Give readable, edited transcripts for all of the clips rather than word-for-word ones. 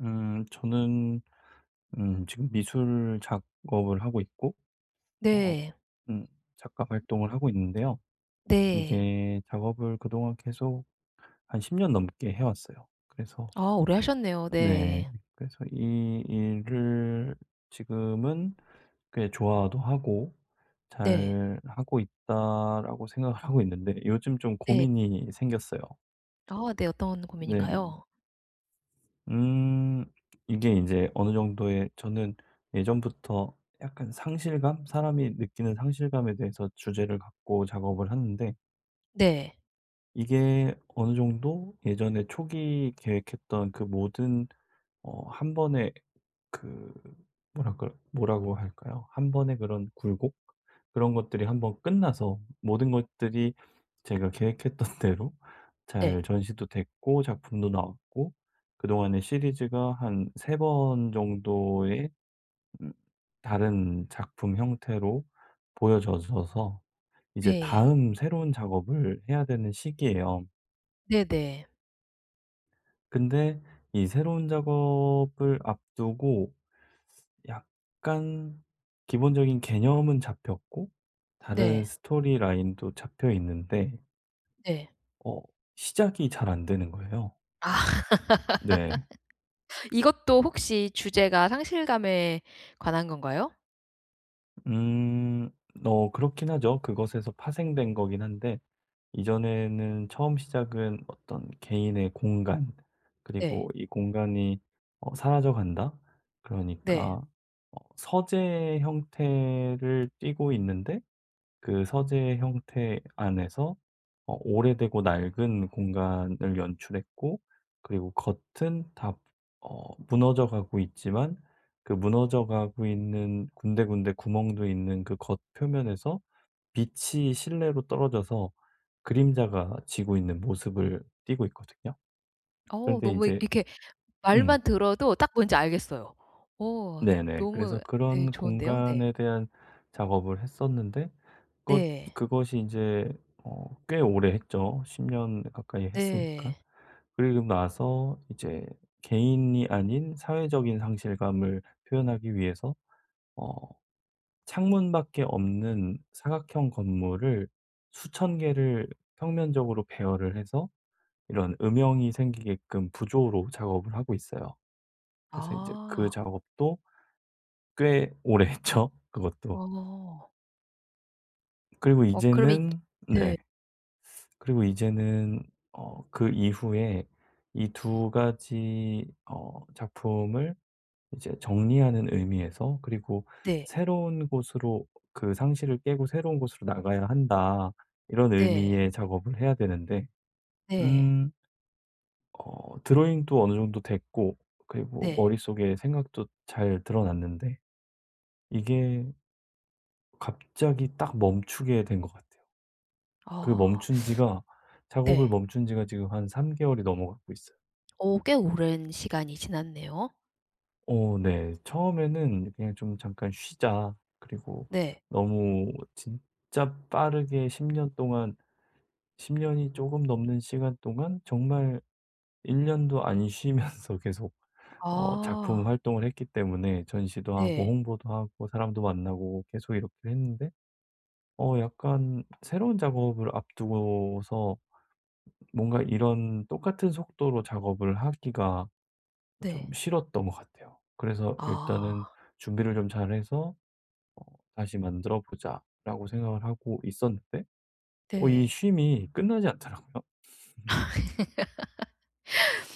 저는 지금 미술 작업을 하고 있고 어 네. 음 작가 활동을 하고 있는데요. 네. 이게 작업을 그동안 계속 한 10년 넘게 해 왔어요. 그래서 아 오래 하셨네요. 네. 네. 그래서 이 일을 지금은 꽤 좋아도 하고 네. '잘 하고 있다.'라고 생각을 하고 있는데 요즘 좀 네. 고민이 생겼어요. 아 네. 어떤 네. 고민인가요? 음. 이게 이제 어느 정도의 저는 예전부터 약간 상실감? 사람이 느끼는 상실감에 대해서 주제를 갖고 작업을 하는데 네. 이게 어느 정도 예전에 초기 계획했던 그 모든 한 번에 그 뭐랄까 뭐라고 할까요? 한 번의 그런 굴곡? 그런 것들이 한번 끝나서 모든 것들이 제가 계획했던 대로 잘 네. 전시도 됐고 작품도 나왔고 그동안의 시리즈가 한 세 번 정도의 음 다른 작품 형태로 보여져서 이제 네. 다음 새로운 작업을 해야 되는 시기예요. 네 네. 네. 근데 이 새로운 작업을 앞두고 약간 기본적인 개념은 잡혔고 다른 네. 스토리 라인도 잡혀 있는데 네. 어 시작이 잘 안 되는 거예요. 아 네. 이것도 혹시 주제가 상실감에 관한 건가요? 음. 그렇긴 하죠. 그것에서 파생된 거긴 한데 이전에는 처음 시작은 어떤 개인의 공간, 네. 그리고 이 공간이 사라져 간다. 네. 그러니까 서재 형태를 띠고 있는데 그 서재 형태 안에서 오래되고 낡은 공간을 연출했고, 그리고 겉은 다 무너져 가고 있지만 그 무너져 가고 있는 군데군데 구멍도 있는 그 겉 표면에서 빛이 실내로 떨어져서 그림자가 지고 있는 모습을 띠고 있거든요. 어 그런데 너무 이제 이렇게 음. 말만 들어도 딱 뭔지 알겠어요. 어 네네. 그래서 너무 네 그런 좋은데요. 네. 공간에 대한 작업을 했었는데 그것 네. 그것이 이제 꽤 오래 했죠. 10년 가까이 했으니까. 네. 그리고 나서 이제 개인이 아닌 사회적인 상실감을 표현하기 위해서 어 창문밖에 없는 사각형 건물을 수천 개를 평면적으로 배열을 해서 이런 음영이 생기게끔 부조로 작업을 하고 있어요. 그래서 이제 그 아. 작업도 꽤 오래 했죠, 그것도. 어. 그리고 어 그러면 이 이제는 네. 네. 그리고 이제는 그 이후에 이 두 가지 작품을 이제 정리하는 의미에서, 그리고 네. '새로운 곳으로 그 상실을 깨고 새로운 곳으로 나가야 한다.' 이런 네. 의미의 작업을 해야 되는데 네. 음 드로잉도 어느 정도 됐고, 그리고 네. 머릿속에 생각도 잘 드러났는데 이게 갑자기 딱 멈추게 된 것 같아요. 그 아 멈춘 지가 작업을 네. 멈춘 지가 지금 한 3 개월이 넘어가고 있어요. 어 꽤 오랜 시간이 지났네요. 네. 처음에는 그냥 좀 '잠깐 쉬자.' 그리고 네. 너무 진짜 빠르게 10년 동안, 10 년이 조금 넘는 시간 동안 정말 1 년도 안 쉬면서 계속 아 작품 활동을 했기 때문에 전시도 하고 네. 홍보도 하고 사람도 만나고 계속 이렇게 했는데 약간 새로운 작업을 앞두고서 뭔가 이런 똑같은 속도로 작업을 하기가 좀 네. 싫었던 것 같아요. 그래서 일단은 아 '준비를 좀 잘해서 어 다시 만들어 보자.'라고 생각을 하고 있었는데 이 네. 쉼이 끝나지 않더라고요.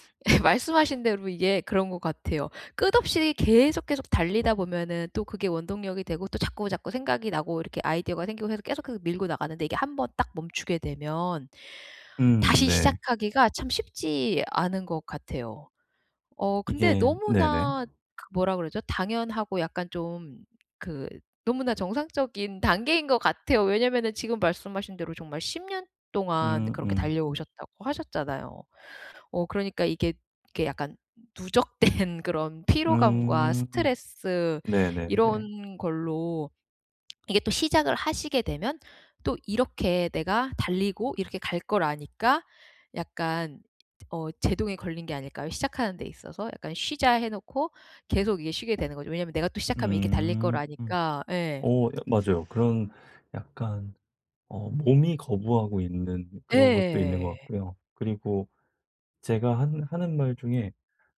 말씀하신 대로 이게 그런 것 같아요. 끝없이 계속, 계속 달리다 보면은 또 그게 원동력이 되고 또 자꾸, 자꾸 생각이 나고 이렇게 아이디어가 생기고 해서 계속, 계속 밀고 나가는데 이게 한번 딱 멈추게 되면 다시 네. 시작하기가 참 쉽지 않은 것 같아요. 어 근데 이게 네네. 너무나 그 뭐라 그러죠? 당연하고 약간 좀 그 너무나 정상적인 단계인 것 같아요. 왜냐면은 지금 말씀하신 대로 정말 10년 동안 음 그렇게 음. 달려오셨다고 하셨잖아요. 어 그러니까 이게 약간 누적된 그런 피로감과 음. 스트레스 네네네. 이런 걸로 이게 또 시작을 하시게 되면 또 이렇게 내가 달리고 이렇게 갈 걸 아니까 약간 어 제동이 걸린 게 아닐까요? 시작하는 데 있어서 약간 쉬자 해 놓고 계속 이게 쉬게 되는 거죠. 왜냐하면 내가 또 시작하면 이렇게 달릴 걸 음. 아니까 예. 오 맞아요. 그런 약간 몸이 거부하고 있는 그런 것도 있는 것 예. 같고요. 그리고 제가 한 하는 말 중에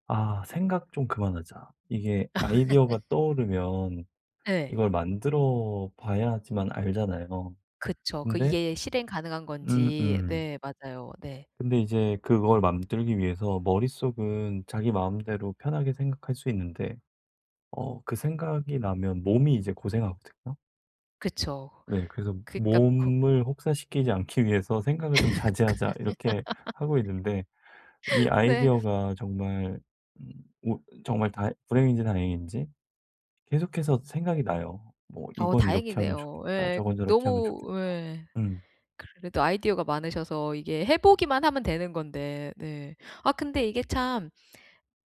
'아 생각 좀 그만하자.' 이게 아이디어가 떠오르면 예. 이걸 만들어 봐야지만 알잖아요. 그쵸. 그 근데 이게 실행 가능한 건지. 음음. 네 맞아요. 네. 근데 이제 그걸 만들기 위해서 머릿속은 자기 마음대로 편하게 생각할 수 있는데 그 생각이 나면 몸이 이제 고생하거든요. 그쵸. 네. 그래서 그니까 거 '몸을 혹사시키지 않기 위해서 생각을 좀 자제하자.' 이렇게 하고 있는데 이 네. 아이디어가 정말 음 오, 정말 다 불행인지 다행인지 계속해서 생각이 나요. 뭐 어 '이건 이렇게 하면 다행이네요. 좋겠다. 예. 저건 저렇게 하면 너무 좋겠다.' 예. 음. 그래도 아이디어가 많으셔서 이게 해 보기만 하면 되는 건데 네. 아 근데 이게 참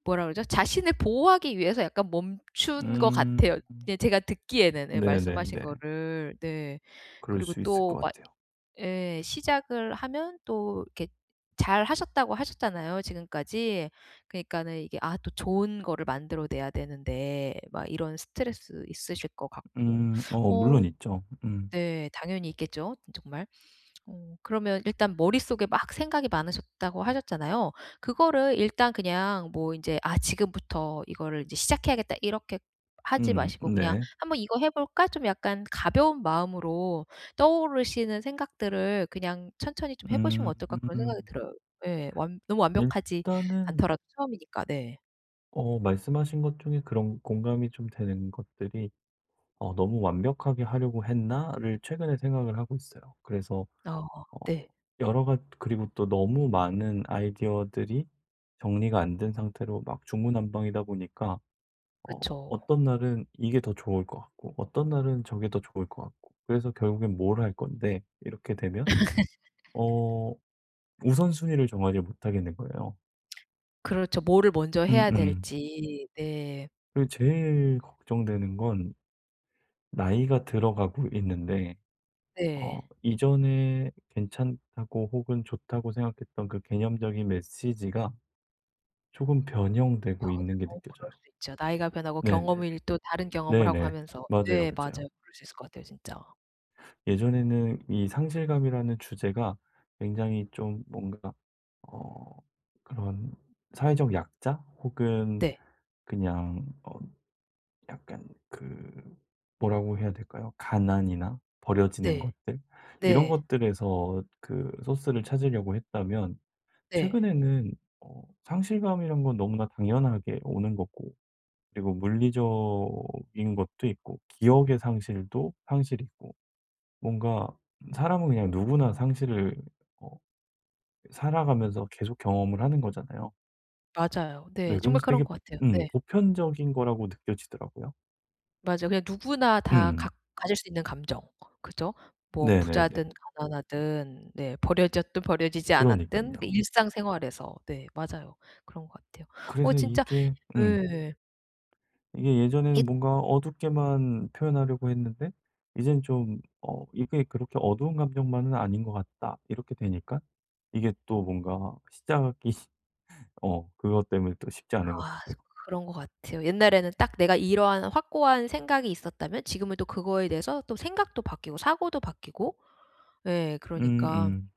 뭐라 그러죠? 자신을 보호하기 위해서 약간 멈춘 것 음. 같아요. 예 제가 듣기에는 예 말씀하신 네네네. 거를. 네. 그럴 그리고 수 있을 또 것 막 같아요. 예 시작을 하면 또 이렇게 잘하셨다고 하셨잖아요 지금까지. 그니까는 이게 아 또 좋은 거를 만들어 내야 되는데 막 이런 스트레스 있으실 것 같고. 음. 물론 어 있죠. 음. 네. 당연히 있겠죠 정말. 어 그러면 일단 머릿속에 막 생각이 많으셨다고 하셨잖아요. 그거를 일단 그냥 뭐 이제 '아 지금부터 이거를 이제 시작해야겠다.' 이렇게 하지 음. 마시고 그냥 네. '한번 이거 해 볼까?' 좀 약간 가벼운 마음으로 떠오르시는 생각들을 그냥 '천천히 좀 해 보시면 어떨까?' 그런 음. 생각이 들어요. 예. 완 너무 완벽하지 일단은 않더라도 처음이니까. 네. 말씀하신 것 중에 그런 공감이 좀 되는 것들이 '어 너무 완벽하게 하려고 했나?'를 최근에 생각을 하고 있어요. 그래서 어 어 네. 여러 가 그리고 또 너무 많은 아이디어들이 정리가 안 된 상태로 막 중구난방이다 보니까 그어 죠 어떤 날은 이게 더 좋을 것 같고 어떤 날은 저게 더 좋을 것 같고, 그래서 결국엔 뭘 할 건데 이렇게 되면 어 우선순위를 정하지 못하게 된 거예요. 그렇죠. 뭐를 먼저 해야 음음. 될지. 네. 그리고 제일 걱정되는 건 나이가 들어가고 있는데 네. 이전에 괜찮다고 혹은 좋다고 생각했던 그 개념적인 메시지가 조금 변 변형되고 는 있는 게 어 그럴 느껴져요. 수 있죠. 나이가 변하고 네네네. 경험을 또 다른 경험을 하고 네네. 하면서. 맞아요, 네 맞아요. 맞아요. 그럴 수 있을 것 같아요 진짜. 예전에는 이 상실감이라는 주제가 굉장히 좀 뭔가 어 그런 사회적 약자 혹은 네. 그냥 약간 그 뭐라고 해야 될까요? 가난이나 버려지는 네. 것들, 이런 네. 것들에서 그 소스를 찾으려고 했다면, 네. 최근에는 상실감이란 건 너무나 당연하게 오는 거고, 그리고 물리적인 것도 있고 기억의 상실도 상실이고, 뭔가 사람은 그냥 누구나 상실을 어 살아가면서 계속 경험을 하는 거잖아요. 맞아요. 네, 네. 정말 그러면서 그런 되게 것 같아요. 네. 보편적인 거라고 느껴지더라고요. 맞아요. 그냥 누구나 다 음. 갖 가질 수 있는 감정. 그죠? 뭐 네네네. 부자든 가난하든 네 버려졌든 버려지지 그러니까 않았든 요 그 일상생활에서. 네 맞아요. 그런 것 같아요. 어 그래서 진짜 이게 예. 예전에는 뭔가 어둡게만 표현하려고 했는데 이젠 좀 '이게 그렇게 어두운 감정만은 아닌 것 같다.' 이렇게 되니까 이게 또 뭔가 시작이, 그것 때문에 또 쉽지 않은 것 아 같고요. 그런 것 같아요. 옛날에는 딱 내가 이러한 확고한 생각이 있었다면 지금은 또 그거에 대해서 또 생각도 바뀌고 사고도 바뀌고 예 음음. 그러니까 음.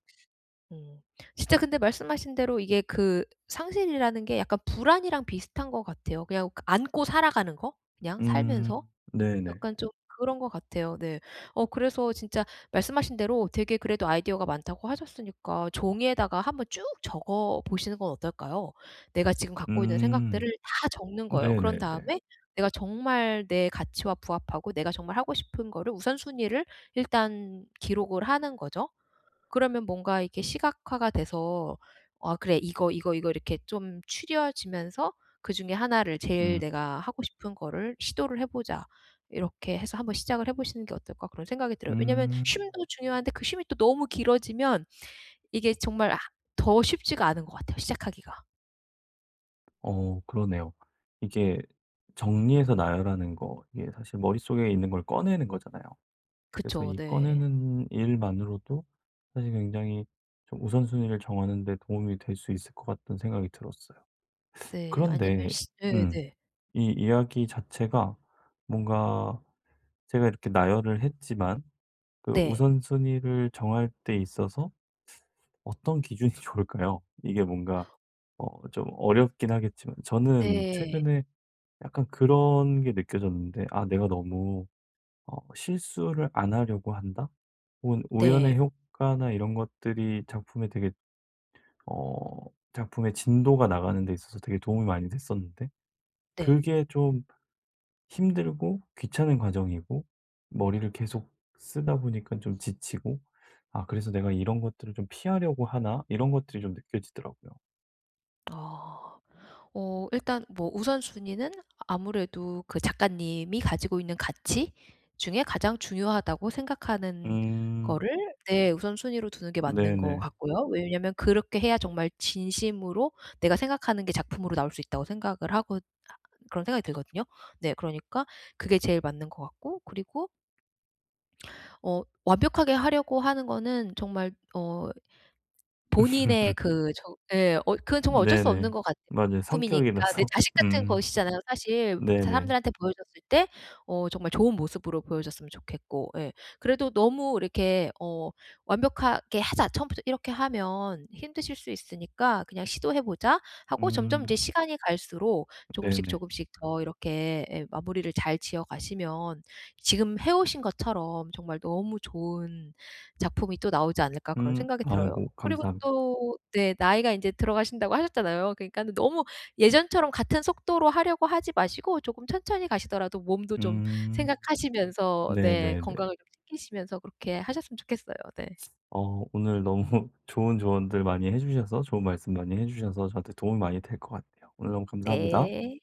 음 진짜 근데 말씀하신 대로 이게 그 상실이라는 게 약간 불안이랑 비슷한 것 같아요. 그냥 그 안고 살아가는 거 그냥 살면서. 네네. 약간 좀 그런 것 같아요. 네. 어 그래서 진짜 말씀하신 대로 되게 그래도 아이디어가 많다고 하셨으니까 종이에다가 한번 쭉 적어 보시는 건 어떨까요? 내가 지금 갖고 있는 음. 생각들을 다 적는 거예요. 그런 네네네. 다음에 내가 정말 내 가치와 부합하고 내가 정말 하고 싶은 거를 우선순위를 일단 기록을 하는 거죠. 그러면 뭔가 이게 시각화가 돼서 '아 그래. 이거, 이거, 이거.' 이렇게 좀 추려지면서 그중에 하나를 제일 음. '내가 하고 싶은 거를 시도를 해 보자.' 이렇게 해서 한번 시작을 해 보시는 게 어떨까 그런 생각이 들어요. 왜냐면 음. 쉼도 중요한데 그 쉼이 또 너무 길어지면 이게 정말 아 더 쉽지가 않은 것 같아요 시작하기가. 그러네요. 이게 정리해서 나열하는 거, 이게 사실 머릿속에 있는 걸 꺼내는 거잖아요. 그래서 그쵸. 이 네. 꺼내는 일만으로도 사실 굉장히 좀 우선순위를 정하는 데 도움이 될 수 있을 것 같다는 생각이 들었어요. 네. 아니면 그런데 시 네 음 네. 이 이야기 자체가 뭔가 제가 이렇게 나열을 했지만 그 네. 우선순위를 정할 때 있어서 어떤 기준이 좋을까요? 이게 뭔가 좀 어렵긴 하겠지만 저는 네. 최근에 약간 그런 게 느껴졌는데 '아 내가 너무 실수를 안 하려고 한다.' 혹은 네. 우연의 효과나 이런 것들이 작품에 되게 어 작품의 진도가 나가는 데 있어서 되게 도움이 많이 됐었는데 네. 그게 좀 힘들고 귀찮은 과정이고 머리를 계속 쓰다 보니까 좀 지치고 '아 그래서 내가 이런 것들을 좀 피하려고 하나?' 이런 것들이 좀 느껴지더라고요. 아. 어 일단 뭐 우선순위는 아무래도 그 작가님이 가지고 있는 가치 중에 가장 중요하다고 생각하는 음. 거를 네 우선순위로 두는 게 맞는 것 네네. 같고요. 왜냐면 하 그렇게 해야 정말 진심으로 내가 생각하는 게 작품으로 나올 수 있다고 생각을 하고 그런 생각이 들거든요. 네 그러니까 그게 제일 맞는 것 같고 그리고 어 완벽하게 하려고 하는 거는 정말 어 본인의 그 저 예. 어 그건 정말 어쩔 수 없는 네네. 것 같아요. 맞아요. 작품이니까 내 성격이라서. 자식 같은 음. 것이잖아요 사실. 네네. 사람들한테 보여줬을 때 어 정말 좋은 모습으로 보여줬으면 좋겠고 예. 그래도 너무 이렇게 어 '완벽하게 하자. 처음부터 이렇게 하면 힘드실 수 있으니까 그냥 시도해 보자.' 하고 점점 이제 음. 시간이 갈수록 조금씩 네네. 조금씩 더 이렇게 예 마무리를 잘 지어 가시면 지금 해 오신 것처럼 정말 너무 좋은 작품이 또 나오지 않을까 그런 음. 생각이 들어요. 아이고, 그리고 감사합니다. 또 네 나이가 인제 들어가신다고 하셨잖아요. 그러니까는 너무 예전처럼 같은 속도로 하려고 하지 마시고 조금 천천히 가시더라도 몸도 좀 음. 생각하시면서 네 네네네. 건강을 좀 챙기시면서 그렇게 하셨으면 좋겠어요. 네. 오늘 너무 좋은 조언들 많이 해 주셔서, 좋은 말씀 많이 해 주셔서 저한테 도움이 많이 될 것 같아요. 오늘 너무 감사합니다. 네.